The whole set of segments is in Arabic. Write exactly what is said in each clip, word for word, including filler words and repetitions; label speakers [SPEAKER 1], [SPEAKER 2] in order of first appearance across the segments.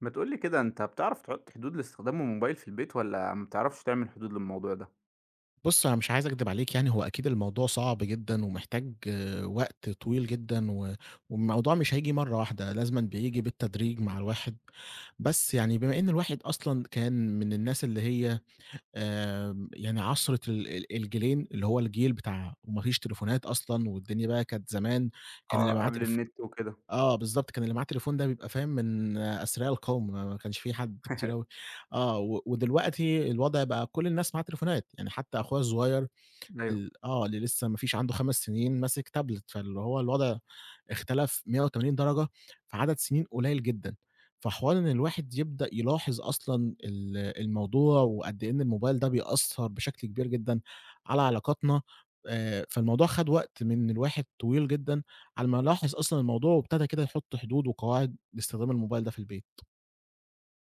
[SPEAKER 1] ما تقول لي كده أنت بتعرف تحط حدود لاستخدام الموبايل في البيت والّا ما بتعرفش تعمل حدود للموضوع ده؟
[SPEAKER 2] بُص، أنا مش عايز أكدب عليك يعني، هو أكيد الموضوع صعب جدًا ومحتاج آه، وقت طويل جدًا و والموضوعة مش هييجي مرّة واحدة، لازمًا بييجي بالتدريج مع الواحد، بس يعني بما إن الواحد أصلًا كان من الناس اللي هي آمم، يعني عَصْرة ال ال الجيلين، اللي هو الجيل بتاع وما فيش تليفونات أصلًا والدنيا بقى كانت زمان. كان اللي
[SPEAKER 1] آه،
[SPEAKER 2] معاه
[SPEAKER 1] قبل
[SPEAKER 2] تليف
[SPEAKER 1] النت وكده.
[SPEAKER 2] آه، بالضبط، كان اللي معاه تليفون ده بيبقى فاهم من آه، أثرياء القوم، ما ما كانش في حد كتير أوي. آه، و ودلوقتي الوضع بقى كل الناس معاها تليفونات، يعني حتى أخويا الصغير
[SPEAKER 1] أيوه.
[SPEAKER 2] ال آه، اللي لسه ما فيش عنده 5 سنين ماسك تابلت، فاللي هو الوضع اختلف 180 درجة في عدد سنين قليل جدًا، فحوار إن الواحد يبدأ يلاحظ أصلًا ال الموضوع وقد إيه إن الموبايل ده بيأثّر بشكل كبير جدًا على علاقاتنا، آآ، فالموضوع خد وقت من الواحد طويل جدًا على ما لاحظ أصلًا الموضوع وابتدى كده يحط حدود وقواعد لاستخدام الموبايل ده في البيت.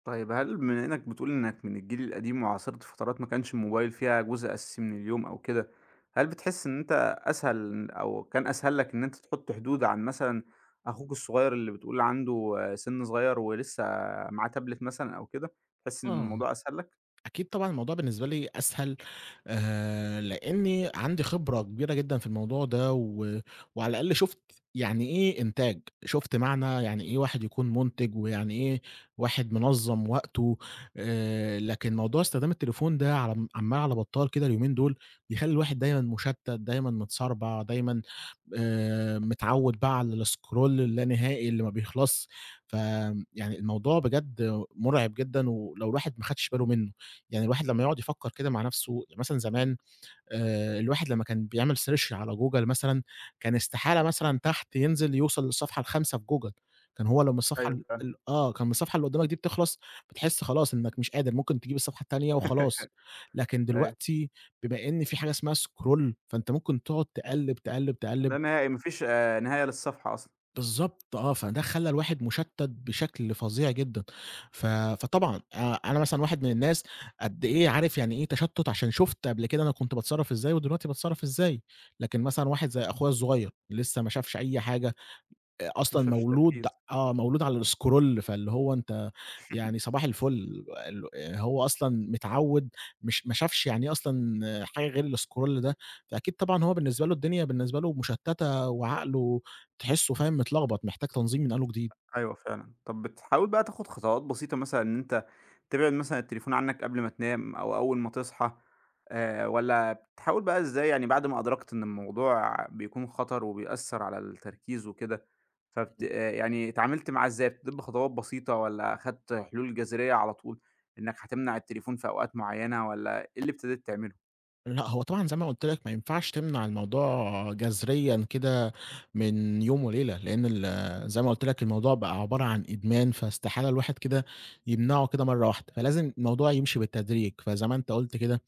[SPEAKER 1] طيب هل بما إنك بتقول إنك من الجيل القديم وعاصرت فترات ما كانش الموبايل فيها جزء أساسي من اليوم أو كده، هل بتحس إن أنت أسهل أو كان أسهل لك إن أنت تحط حدود عن مثلًا أخوك الصغير اللي بتقول عنده آه، سِن صغير ولسه معاه تابلت مثلًا أو كده، تحس إن
[SPEAKER 2] آه.
[SPEAKER 1] الموضوع أسهل لك؟
[SPEAKER 2] أكيد طبعًا الموضوع بالنسبة لي أسهل، آآ، لإني عندي خبرة كبيرة جدًا في الموضوع ده، و وعلى الأقل شُفت يعني إيه إنتاج، شُفت معنى يعني إيه واحد يكون مُنتِج، ويعني إيه واحد منظّم وقته. آآ، لكن موضوع استخدام التليفون ده على عمّال على بطّال كده اليومين دول، بيخلّي الواحد دايمًا مُشتّت، دايمًا متسربع، دايمًا آآ، متعوّد بقى على الscroll اللانهائي اللي ما بيخلصش. ف يعني الموضوع بجد مُرعب جدًا، ولو الواحد ما خدش باله منه. يعني الواحد لمّا يقعد يفكّر كده مع نَفْسه يعني مثلًا زمان آآ الواحد لمّا كان بيعمل search على Google مثلًا، كان استحالة مثلًا تحت ينزل يوصل للصفحة ال5 في Google، كان هو لمّا الصفحة
[SPEAKER 1] أيوه
[SPEAKER 2] ال
[SPEAKER 1] فعلًا،
[SPEAKER 2] ال آه، كان الصفحة اللي قُدّامك دي بتخلص، بتحس خلاص إنّك مش قادر، ممكن تجيب الصفحة التانية وخلاص. لكن
[SPEAKER 1] أيوه.
[SPEAKER 2] دلوقتي بما إن في حاجة اسمها scroll، فأنت ممكن تقعد تقلِّب، تقلِّب، تقلِّب.
[SPEAKER 1] لا نهائي، ما فيش آآ، نهاية للصفحة أصلًا،
[SPEAKER 2] بالضبط، آه، فده خلّى الواحد مُشتَّت بشكل فظيع جدًا. ف فطبعًا آآ، أنا مثلًا واحد من الناس قد إيه عارف يعني إيه تشتُّت عشان شُفت قبل كده أنا كنت باتصرّف إزاي ودلوقتي باتصرّف إزاي، لكن مثلًا واحد زي أخويا الصغير لسه ما شافش أي حاجة، آآ
[SPEAKER 1] ما
[SPEAKER 2] أصلًا
[SPEAKER 1] شافش
[SPEAKER 2] مولود،
[SPEAKER 1] تركيز.
[SPEAKER 2] آه، مولود على الscroll، فاللي هو أنت يعني صباح الفل. ال هو أصلًا متعوّد، مش ما شافش يعني إيه أصلًا حاجة غير الscroll ده، فأكيد طبعًا هو بالنسبة له الدنيا بالنسبة له مشتّتة وعقله تحسّه فاهم متلخبط، محتاج تنظيم من أول وجديد.
[SPEAKER 1] أيوه فعلًا. طب بتحاول بقى تاخد خطوات بسيطة مثلًا إن أنت تبعد مثلًا التليفون عنك قبل ما تنام أو أول ما تصحى آآ والّا بتحاول بقى إزاي يعني بعد ما أدركت إن الموضوع بيكون خطر وبيأثّر على التركيز وكده، فبت آآ يعني اتعاملت معاه إزاي؟ بتبدأ بخطوات بسيطة والّا خدت حلول جذرية على طول، إنك هتمنع التليفون في أوقات معيّنة والّا إيه اللي ابتديت تعمله؟
[SPEAKER 2] لأ، هو طبعًا زي ما قُلت لك ما ينفعش تمنع الموضوع جذريًا كده من يوم وليلة، لإن ال زي ما قُلت لك الموضوع بقى عبارة عن إدمان، فاستحالة الواحد كده يمنعه كده مرة واحدة، فلازم الموضوع يمشي بالتدريج، فزي ما أنت قُلت كده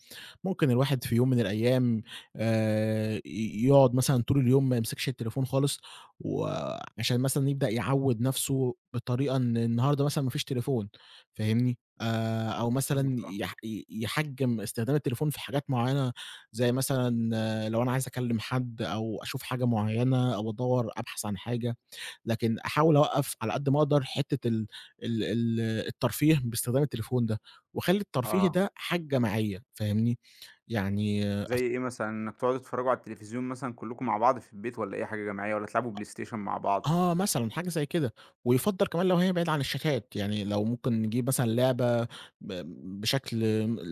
[SPEAKER 2] ممكن الواحد في يوم من الأيام آآ ي يقعد مثلًا طول اليوم ما يمسكش التليفون خالص، وعشان مثلًا يبدأ يعوّد نَفْسه بطريقة إن النهارده مثلًا ما فيش تليفون فاهمني، آآ أو
[SPEAKER 1] فاهمك
[SPEAKER 2] مثلًا
[SPEAKER 1] آه.
[SPEAKER 2] يح ي يحجّم استخدام التليفون في حاجات معيّنة، زي مثلًا آه، لو أنا عايز أكلّم حد أو أشوف حاجة معيّنة أو أدوّر أبحث عن حاجة، لكن أحاول أوقّف على قد ما أقدر حتّة ال ال ال الترفيه باستخدام التليفون ده، واخلّي الترفيه
[SPEAKER 1] آه.
[SPEAKER 2] ده حاجة معيّة فاهمني. يعني
[SPEAKER 1] زي
[SPEAKER 2] أس
[SPEAKER 1] إيه مثلًا، إنك تقعدوا تتفرجوا على التلفزيون مثلًا كلّكم مع بعض في البيت والّا إيه حاجة جماعية والّا تلعبوا بلاي ستيشن مع بعض؟
[SPEAKER 2] آه، مثلًا حاجة زي كده، ويُفضّل كمان لو هي بعيدة عن الشاشات، يعني لو ممكن نجيب مثلًا لعبة ب بشكل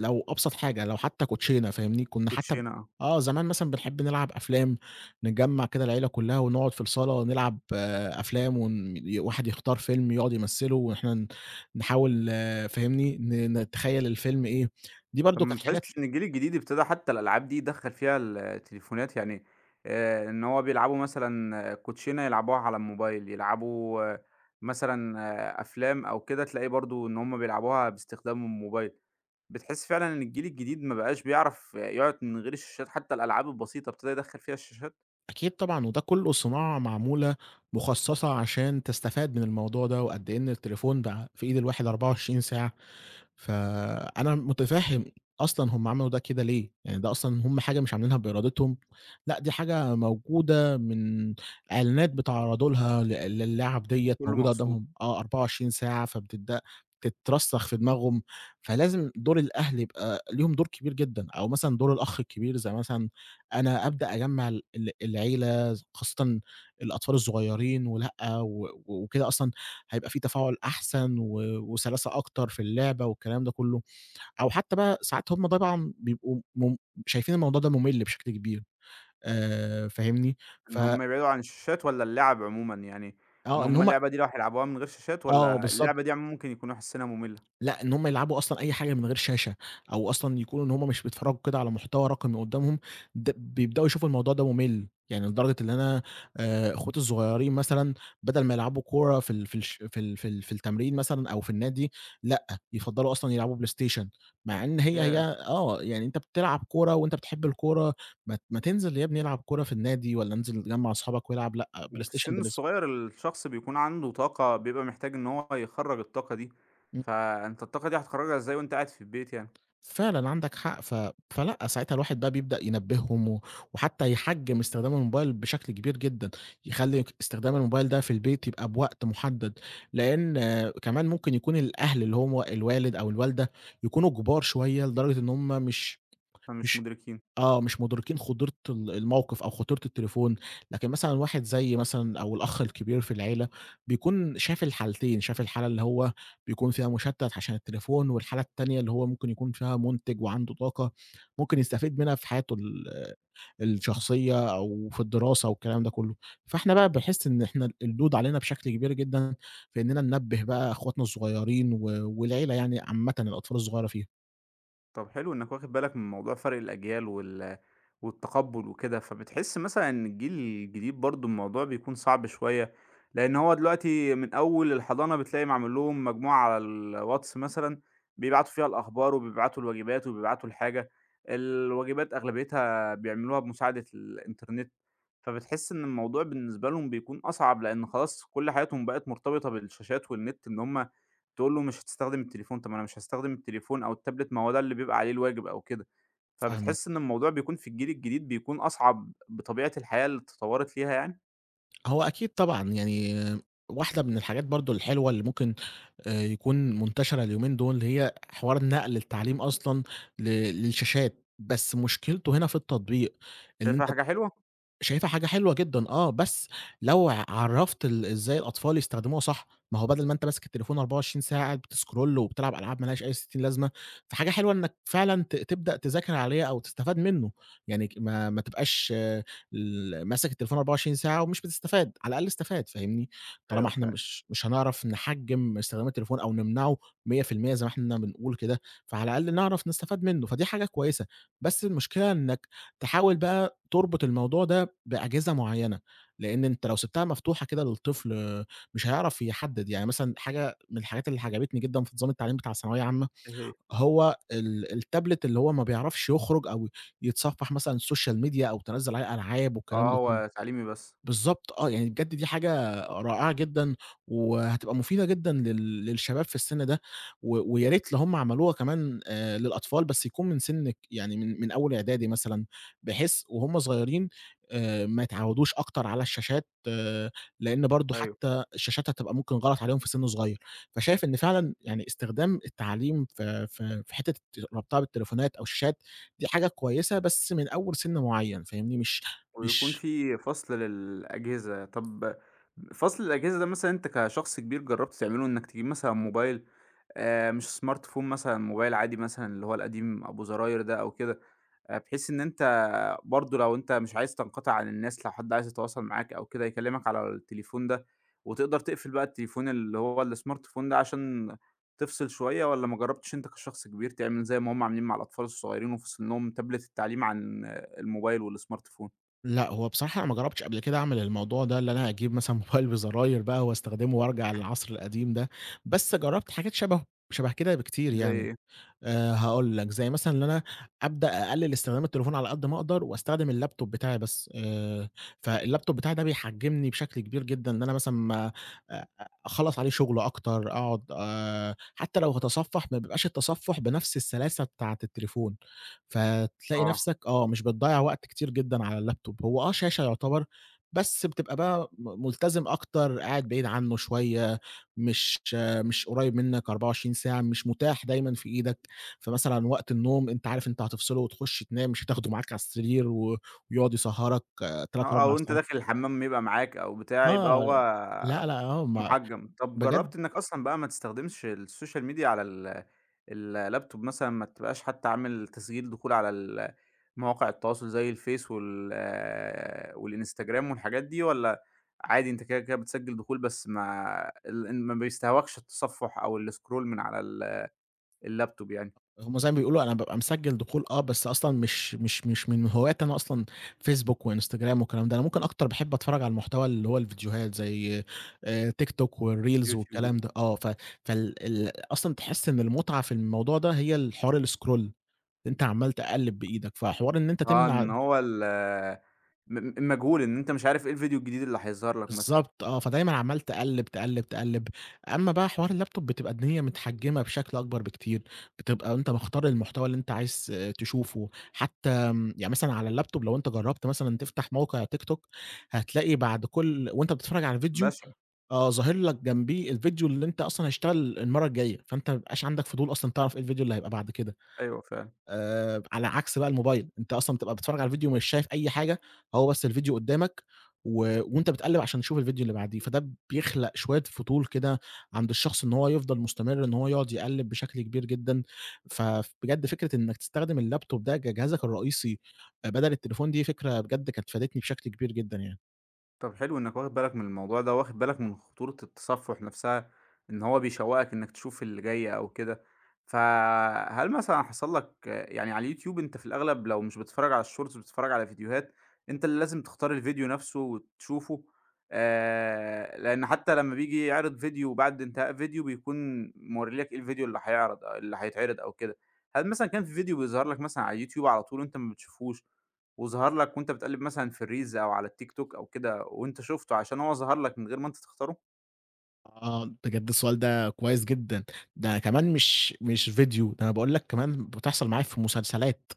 [SPEAKER 2] لو أبسط حاجة، لو حتى كوتشينة فاهمني، كنا حتى ب
[SPEAKER 1] كوتشينة آه.
[SPEAKER 2] آه زمان مثلًا بنحب نلعب أفلام، نجمّع كده العيلة كلها ونقعد في الصالة نلعب، آه، أفلام، ون ي واحد يختار فيلم يقعد يمثّله وإحنا ن نحاول، آه، فاهمني، ن نتخيّل الفيلم إيه، دي
[SPEAKER 1] طب
[SPEAKER 2] برضه
[SPEAKER 1] ما
[SPEAKER 2] كانت حاجات.
[SPEAKER 1] بتحسش إن الجيل الجديد ابتدى حتى الألعاب دي يدخّل فيها التليفونات؟ يعني آآ إن هو بيلعبوا مثلًا كوتشينة يلعبوها على الموبايل، يلعبوا آه، مثلًا آه، أفلام أو كده تلاقي برضه إن هم بيلعبوها باستخدام الموبايل. بتحس فعلًا إن الجيل الجديد ما بقاش بيعرف يقعد من غير الشاشات، حتى الألعاب البسيطة ابتدى يدخّل فيها الشاشات؟
[SPEAKER 2] أكيد طبعًا، وده كلّه صناعة معمولة مخصّصة عشان تستفاد من الموضوع ده، وقد إيه إن التليفون بقى في إيد الواحد 24 ساعة. فأنا مُتفهِّم أصلًا هم عملوا ده كده ليه، يعني ده أصلًا هم حاجة مش عاملينها بإرادتهم، لأ دي حاجة موجودة من إعلانات بتعرّضوا لها ل للعَب ديّة
[SPEAKER 1] كُلّه
[SPEAKER 2] موجودة
[SPEAKER 1] مقصود،
[SPEAKER 2] قدّامهم آه 24 ساعة، فبتتد بتترسّخ في دماغهم، فلازم دور الأهل يبقى ليهم دور كبير جدًا، أو مثلًا دور الأخ الكبير زي مثلًا أنا أبدأ أجمّع ال ال العيلة، خاصةً الأطفال الصغيّرين، ولأ و وكده أصلًا هيبقى في تفاعل أحسن و وسلاسة أكتر في اللعبة والكلام ده كلّه، أو حتى بقى ساعات هُم طبعًا بيبقوا مم شايفين الموضوع ده مُمِل بشكل كبير، آآ، فاهمني؟ ف
[SPEAKER 1] إن هم يبعدوا عن الشاشات والّا اللعب عمومًا؟ يعني إن
[SPEAKER 2] آه، إن
[SPEAKER 1] هم
[SPEAKER 2] هُم
[SPEAKER 1] اللعبة دي لو هيلعبوها من غير شاشات
[SPEAKER 2] آه
[SPEAKER 1] والّا
[SPEAKER 2] بالضبط.
[SPEAKER 1] اللعبة دي عمومًا ممكن يكونوا حاسينها مملة؟
[SPEAKER 2] لأ، إن هُم يلعبوا أصلًا أي حاجة من غير شاشة، أو أصلًا يكونوا إن هُم مش بيتفرّجوا كده على محتوى رقمي قدّامهم، د بيبدأوا يشوفوا الموضوع ده مُمِل، يعني لدرجة إن أنا، آآ، أخواتي الصغيّرين مثلًا بدل ما يلعبوا كورة في ال في الش في ال في ال في التمرين مثلًا أو في النادي، لأ، يفضّلوا أصلًا يلعبوا بلاي ستيشن، مع إن هي هي،
[SPEAKER 1] ياه!
[SPEAKER 2] آه، يعني أنت بتلعب كورة وأنت بتحب الكورة، ما ت ما تنزل يا ابني العب كورة في النادي والّا انزل جَمّع أصحابك والعب، لأ، بلاي
[SPEAKER 1] وفي
[SPEAKER 2] ستيشن
[SPEAKER 1] السن
[SPEAKER 2] بالنسب.
[SPEAKER 1] الصغير الشخص بيكون عنده طاقة بيبقى محتاج إن هو يخرّج الطاقة دي،
[SPEAKER 2] إمم.
[SPEAKER 1] فأنت الطاقة دي هتخرّجها إزاي وأنت قاعد في البيت يعني؟
[SPEAKER 2] فعلًا عندك حق. ف فلأ، ساعتها الواحد بقى بيبدأ ينبّههم و وحتى يحجّم استخدام الموبايل بشكل كبير جدًا، يخلّي ك استخدام الموبايل ده في البيت يبقى بوقت محدد، لإن آه، كمان ممكن يكون الأهل اللي هُم الوالد أو الوالدة يكونوا كبار شوية لدرجة إن هُم مش
[SPEAKER 1] فمش
[SPEAKER 2] مش
[SPEAKER 1] مدركين.
[SPEAKER 2] آه، مش مُدركين خطورة ال الموقف أو خطورة التليفون، لكن مثلًا واحد زيي مثلًا أو الأخ الكبير في العيلة بيكون شاف الحالتين، شاف الحالة اللي هو بيكون فيها مُشتت عشان التليفون، والحالة التانية اللي هو ممكن يكون فيها مُنتِج وعنده طاقة ممكن يستفيد منها في حياته ال الشخصية أو في الدراسة والكلام ده كُلّه. فإحنا بقى باحس إن إحنا اللود علينا بشكل كبير جدًا في إننا ننبّه بقى أخواتنا الصغيرين و والعيلة يعني عامةً الأطفال الصغيرة فيها.
[SPEAKER 1] طب حلو إنك واخد بالك من موضوع فرق الأجيال وال والتقبُّل وكده، فبتحس مثلًا إن الجيل الجديد برضه الموضوع بيكون صعب شوية، لإن هو دلوقتي من أول الحضانة بتلاقي معمول لهم مجموعة على الواتس مثلًا، بيبعتوا فيها الأخبار وبيبعتوا الواجبات وبيبعتوا الحاجة، الواجبات أغلبيتها بيعملوها بمساعدة الإنترنت، فبتحس إن الموضوع بالنسبة لهم بيكون أصعب، لإن خلاص كل حياتهم بقت مرتبطة بالشاشات والنت، إن هم تقول له مش هتستخدم التليفون، طب ما أنا مش هاستخدم التليفون أو التابلت، ما هو ده اللي بيبقى عليه الواجب أو كده.
[SPEAKER 2] فاهمك.
[SPEAKER 1] فبتحس إن الموضوع بيكون في الجيل الجديد بيكون أصعب بطبيعة الحياة اللي اتطورت فيها يعني،
[SPEAKER 2] هو أكيد طبعًا، يعني واحدة من الحاجات برضه الحلوة اللي ممكن آآ يكون منتشرة اليومين دول، هي حوار نقل التعليم أصلًا ل للشاشات، بس مشكلته هنا في التطبيق، إن
[SPEAKER 1] شايفها
[SPEAKER 2] أنت
[SPEAKER 1] حاجة حلوة؟
[SPEAKER 2] شايفها حاجة حلوة جدًا، آه، بس لو عرّفت ال إزاي الأطفال يستخدموها صح، ما هو بدل ما أنت ماسك التليفون 24 ساعة قاعد بتسكرول وبتلعب ألعاب ما لهاش أي ستين لازمة، فحاجة حلوة إنك فعلًا ت تبدأ تذاكر عليه أو تستفاد منه، يعني ك ما ما تبقاش ال ماسك التليفون 24 ساعة ومش بتستفاد، على الأقل استفاد فاهمني؟ طالما
[SPEAKER 1] أيوه
[SPEAKER 2] إحنا
[SPEAKER 1] فعلًا.
[SPEAKER 2] مش مش هنعرف نحجّم استخدام التليفون أو نمنعه مية في المية زي ما إحنا بنقول كده، فعلى الأقل نعرف نستفاد منه، فدي حاجة كويسة، بس المشكلة إنك تحاول بقى تربط الموضوع ده بأجهزة معيّنة، لإن أنت لو سِبتها مفتوحة كده للطفل، آه، مش هيعرف يحدّد، يعني مثلًا حاجة من الحاجات اللي عجبتني جدًا في نظام التعليم بتاع الثانوية عامة،
[SPEAKER 1] إيه هي؟
[SPEAKER 2] هو ال التابلت اللي هو ما بيعرفش يخرج أو يتصفّح مثلًا السوشيال ميديا أو تنزّل عليه ألعاب والكلام
[SPEAKER 1] آه،
[SPEAKER 2] ده كلّه.
[SPEAKER 1] هو تعليمي بس،
[SPEAKER 2] بالضبط، آه، يعني بجد دي حاجة رائعة جدًا، وهتبقى مفيدة جدًا لل للشباب في السن ده، و ويا ريت لو هُم عملوها كمان آآ للأطفال بس يكون من سن ك يعني من من أول إعدادي مثلًا، بحيث وهُم صغيرين آآ ما يتعودوش أكتر على الشاشات، آه، لإن برضه
[SPEAKER 1] أيوه،
[SPEAKER 2] حتى الشاشات هتبقى ممكن غلط عليهم في سن صغير، فشايف إن فعلًا يعني استخدام التعليم في في في حتة ربطها بالتليفونات أو الشاشات، دي حاجة كويسة بس من أول سن معين، فاهمني؟ مش
[SPEAKER 1] ويكون
[SPEAKER 2] مش
[SPEAKER 1] في فصل للأجهزة. طب فصل الأجهزة ده مثلًا أنت كشخص كبير جرّبت تعمله إنك تجيب مثلًا موبايل آآ، مش سمارت فون مثلًا، موبايل عادي مثلًا اللي هو القديم أبو زراير ده أو كده؟ آآ بحيث إن أنت برضه لو أنت مش عايز تنقطع عن الناس، لو حد عايز يتواصل معاك أو كده يكلمك على التليفون ده، وتقدر تقفل بقى التليفون اللي هو الsmart phone ده عشان تفصل شوية، والّا ما جرّبتش أنت كشخص كبير تعمل زي ما هُم عاملين مع الأطفال الصغيرين وفاصلين لهم تابلت التعليم عن آه، الموبايل والsmart phone؟
[SPEAKER 2] لأ، هو بصراحة أنا ما جرّبتش قبل كده أعمل الموضوع ده، اللي أنا أجيب مثلًا موبايل بزراير بقى واستخدمه وارجع للعصر القديم ده، بس جرّبت حاجات شبهه شبه كده بكتير
[SPEAKER 1] زي
[SPEAKER 2] يعني.
[SPEAKER 1] إيه؟
[SPEAKER 2] آآ هاقول لك، زي مثلًا إن أنا أبدأ أقلِّل استخدام التليفون على قد ما أقدر وأستخدم اللaptop بتاعي بس، آآ فالlaptop بتاعي ده بيحجّمني بشكل كبير جدًا، إن أنا مثلًا ما أ أخلّص عليه شُغل أكتر، أقعد آآ حتى لو هاتصفّح ما بيبقاش التصفُّح بنفس السلاسة بتاعة التليفون، فتلاقي
[SPEAKER 1] آه،
[SPEAKER 2] نَفْسك، آه، مش بتضيّع وقت كتير جدًا على الlaptop، هو آه شاشة يُعتبر، بس بتبقى بقى م ملتزم أكتر، قاعد بعيد عنّه شوية، مش آه، مش قريّب منّك 24 ساعة، مش متاح دايمًا في إيدك. فمثلًا وقت النوم أنت عارف أنت هتفصله وتخش تنام، مش هتاخده معاك على السرير و ويقعد يسهرك تلات،
[SPEAKER 1] آه،
[SPEAKER 2] 4
[SPEAKER 1] أو أنت
[SPEAKER 2] ساعات.
[SPEAKER 1] داخل الحمام يبقى معاك أو بتاع، يبقى
[SPEAKER 2] آه.
[SPEAKER 1] هو
[SPEAKER 2] لأ، لأ. آه، ما
[SPEAKER 1] مُحجّم. طب
[SPEAKER 2] بجد.
[SPEAKER 1] جرّبت إنّك أصلًا بقى ما تستخدمش السوشيال ميديا على ال اللابتوب مثلًا، ما تبقاش حتّى عامل تسجيل دخول على ال مواقع التواصل زي الفيس وال آه، والإنستجرام والحاجات دي والّا عادي أنت كده، كده بتسجّل دخول بس ما ال إن ما بيستهواكش التصفُّح أو الscroll من على ال اللابتوب يعني،
[SPEAKER 2] هم زي ما بيقولوا أنا بابقى مسجّل دخول، آه، بس أصلًا مش مش مش من هواياتي أنا أصلًا فيسبوك وإنستجرام والكلام ده، أنا ممكن أكتر باحب أتفرّج على المحتوى اللي هو الفيديوهات زي آآ تيك توك والreels
[SPEAKER 1] يوتيوب وكده؟
[SPEAKER 2] والكلام ده. آه، ف فال ال أصلًا تحس إن المتعة في الموضوع ده هي الحوار الscroll، أنت عمّال تقلّب بإيدك، فحوار إن أنت
[SPEAKER 1] آه،
[SPEAKER 2] تمنع.
[SPEAKER 1] إن هو ال آه، م م المجهول، إن أنت مش عارف إيه الفيديو الجديد اللي هيظهر لك مثلًا.
[SPEAKER 2] بالضبط، آه، فدايمًا عمّال تقلِّب، تقلِّب، تقلِّب. أمّا بقى حوار الlaptop بتبقى الدنيا متحجّمة بشكل أكبر بكتير، بتبقى أنت مختار المحتوى اللي أنت عايز آه، تشوفه، حتى آمم، يعني مثلًا على الlaptop لو أنت جرّبت مثلًا تفتح موقع TikTok هتلاقي بعد كل وأنت بتتفرّج على فيديو،
[SPEAKER 1] بشع،
[SPEAKER 2] آه، ظاهر لك جنبيه الفيديو اللي أنت أصلًا هيشتغل المَرّة الجاية، فأنت ما بيبقاش عندك فضول أصلًا تعرف إيه الفيديو اللي هيبقى بعد كده.
[SPEAKER 1] أيوه فعلًا.
[SPEAKER 2] آآ، على عكس بقى الموبايل، أنت أصلًا بتبقى بتتفرّج على الفيديو ومش شايف أي حاجة، هو بس الفيديو قدّامك و وأنت بتقلّب عشان تشوف الفيديو اللي بعديه، فده بيخلق شوية فضول كده عند الشخص إن هو يفضل مستمر إن هو يقعد يقلّب بشكل كبير جدًا، فبجد فكرة إنك تستخدم اللابتوب ده كجهازك الرئيسي آآ، بدل التليفون دي فكرة بجد كانت فادتني بشكل كبير جدًا يعني.
[SPEAKER 1] طب حلو إنك واخد بالك من الموضوع ده، واخد بالك من خطورة التصفُّح نَفْسها، إن هو بيشوّقك إنك تشوف اللي جاي أو كده، فهل مثلًا حصل لك آه، يعني على اليوتيوب أنت في الأغلب لو مش بتتفرّج على الshorts بتتفرّج على فيديوهات، أنت اللي لازم تختار الفيديو نَفْسه وتشوفه، آآ لإن حتى لمّا بييجي يعرض فيديو بعد انتهاء فيديو بيكون مورّي لك إيه الفيديو اللي هيعرض اللي هيتعرض أو كده، هل مثلًا كان في فيديو بيظهر لك مثلًا على اليوتيوب على طول وأنت ما بتشوفهوش وظهر لك وأنت بتقلِّب مثلًا في الreels أو على التيك توك أو كده وأنت شُفته عشان هو ظهر لك من غير ما أنت تختاره؟
[SPEAKER 2] آه، بجد السؤال ده كويس جدًا، ده كمان مش مش فيديو، ده أنا باقول لك كمان بتحصل معايا في مسلسلات،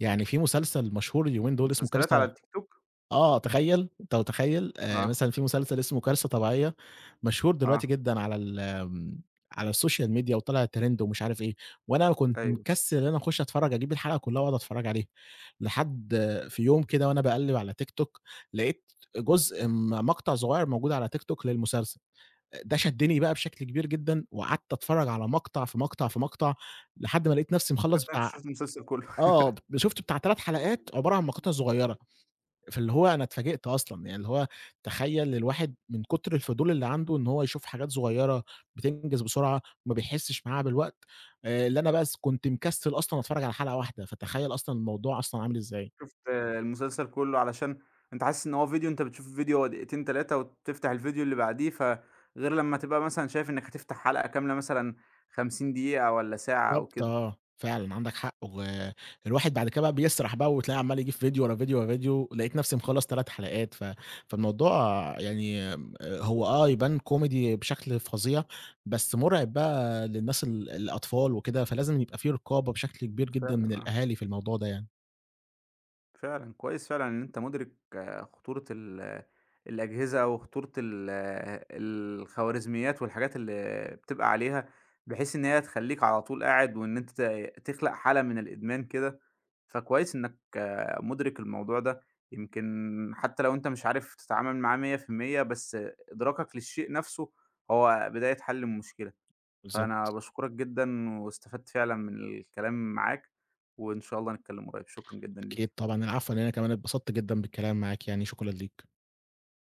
[SPEAKER 2] يعني في مسلسل مشهور اليومين دول اسمه
[SPEAKER 1] مسلسلات على
[SPEAKER 2] كارثة.
[SPEAKER 1] التيك توك؟
[SPEAKER 2] آه، تخيّل، أنت متخيّل؟ آآ،
[SPEAKER 1] آه،
[SPEAKER 2] مثلًا في مسلسل اسمه كارثة طبيعية مشهور دلوقتي
[SPEAKER 1] آه،
[SPEAKER 2] جدًا على ال آمم، على الSocial media وطالع ترند ومش عارف إيه، وأنا كنت
[SPEAKER 1] أيوه.
[SPEAKER 2] مكسل إن أنا أخش أتفرّج أجيب الحلقة كلّها وأقعد أتفرّج عليها، لحد في يوم كده وأنا باقلّب على تيك توك لقيت جزء م مقطع صغيّر موجود على تيك توك للمسلسل. ده شدّني بقى بشكل كبير جدًا، وقعدت أتفرّج على مقطع، في مقطع، في مقطع، لحد ما لقيت نفسي
[SPEAKER 1] يا
[SPEAKER 2] مخلّص
[SPEAKER 1] ابني، أنت
[SPEAKER 2] بتاع،
[SPEAKER 1] شُفت المسلسل كُلّه،
[SPEAKER 2] آه، ب شُفت بتاع 3 حلقات عبارة عن مقاطع صغيّرة، فاللي هو أنا اتفاجئت أصلًا، يعني اللي هو تخيّل الواحد من كتر الفضول اللي عنده إن هو يشوف حاجات صغيّرة بتنجز بسرعة، ما بيحسّش معاها بالوقت، آآ اللي أنا بس كنت مكسّل أصلًا أتفرّج على حلقة واحدة، فتخيّل أصلًا الموضوع أصلًا عامل إزاي.
[SPEAKER 1] شُفت المسلسل كُلّه علشان أنت حاسس إن هو فيديو أنت بتشوف الفيديو هو دقيقتين، تلاتة وتفتح الفيديو اللي بعديه، فغير لمّا تبقى مثلًا شايف إنّك هتفتح حلقة كاملة مثلًا خمسين دقيقة والّا ساعة أو
[SPEAKER 2] بالضبط،
[SPEAKER 1] كده.
[SPEAKER 2] آه، فعلًا عندك حق، والواحد بعد كده بقى بيسرح بقى وتلاقيه عمّال يجيب فيديو ورا فيديو ورا فيديو، لقيت نفسي مخلّص 3 حلقات. ف فالموضوع يعني آمم، هو آه يبان كوميدي بشكل فظيع، بس مرعب بقى للناس ال الأطفال وكده، فلازم يبقى في رقابة بشكل كبير جدًا
[SPEAKER 1] فعلًا
[SPEAKER 2] من
[SPEAKER 1] آه.
[SPEAKER 2] الأهالي في الموضوع ده يعني.
[SPEAKER 1] فعلًا، كويس فعلًا إن أنت مُدرك آه، خطورة ال الأجهزة أو خطورة ال الخوارزميات والحاجات اللي بتبقى عليها، بحيث إن هي تخلّيك على طول قاعد وإن أنت ت تخلق حالة من الإدمان كده، فكويس إنّك آه، مُدرك الموضوع ده، يمكن حتّى لو أنت مش عارف تتعامل معاه مية في المية بس إدراكك للشيء نَفْسه هو بداية حَل المشكلة،
[SPEAKER 2] بالضبط.
[SPEAKER 1] فأنا باشكرك جدًا واستفدت فعلًا من الكلام معاك، وإن شاء الله نتكلّم قريب، شكرًا جدًا
[SPEAKER 2] أكيد
[SPEAKER 1] ليك.
[SPEAKER 2] طبعًا، العفو، لأن أنا كمان اتبسطت جدًا بالكلام معاك يعني، شكرًا ليك.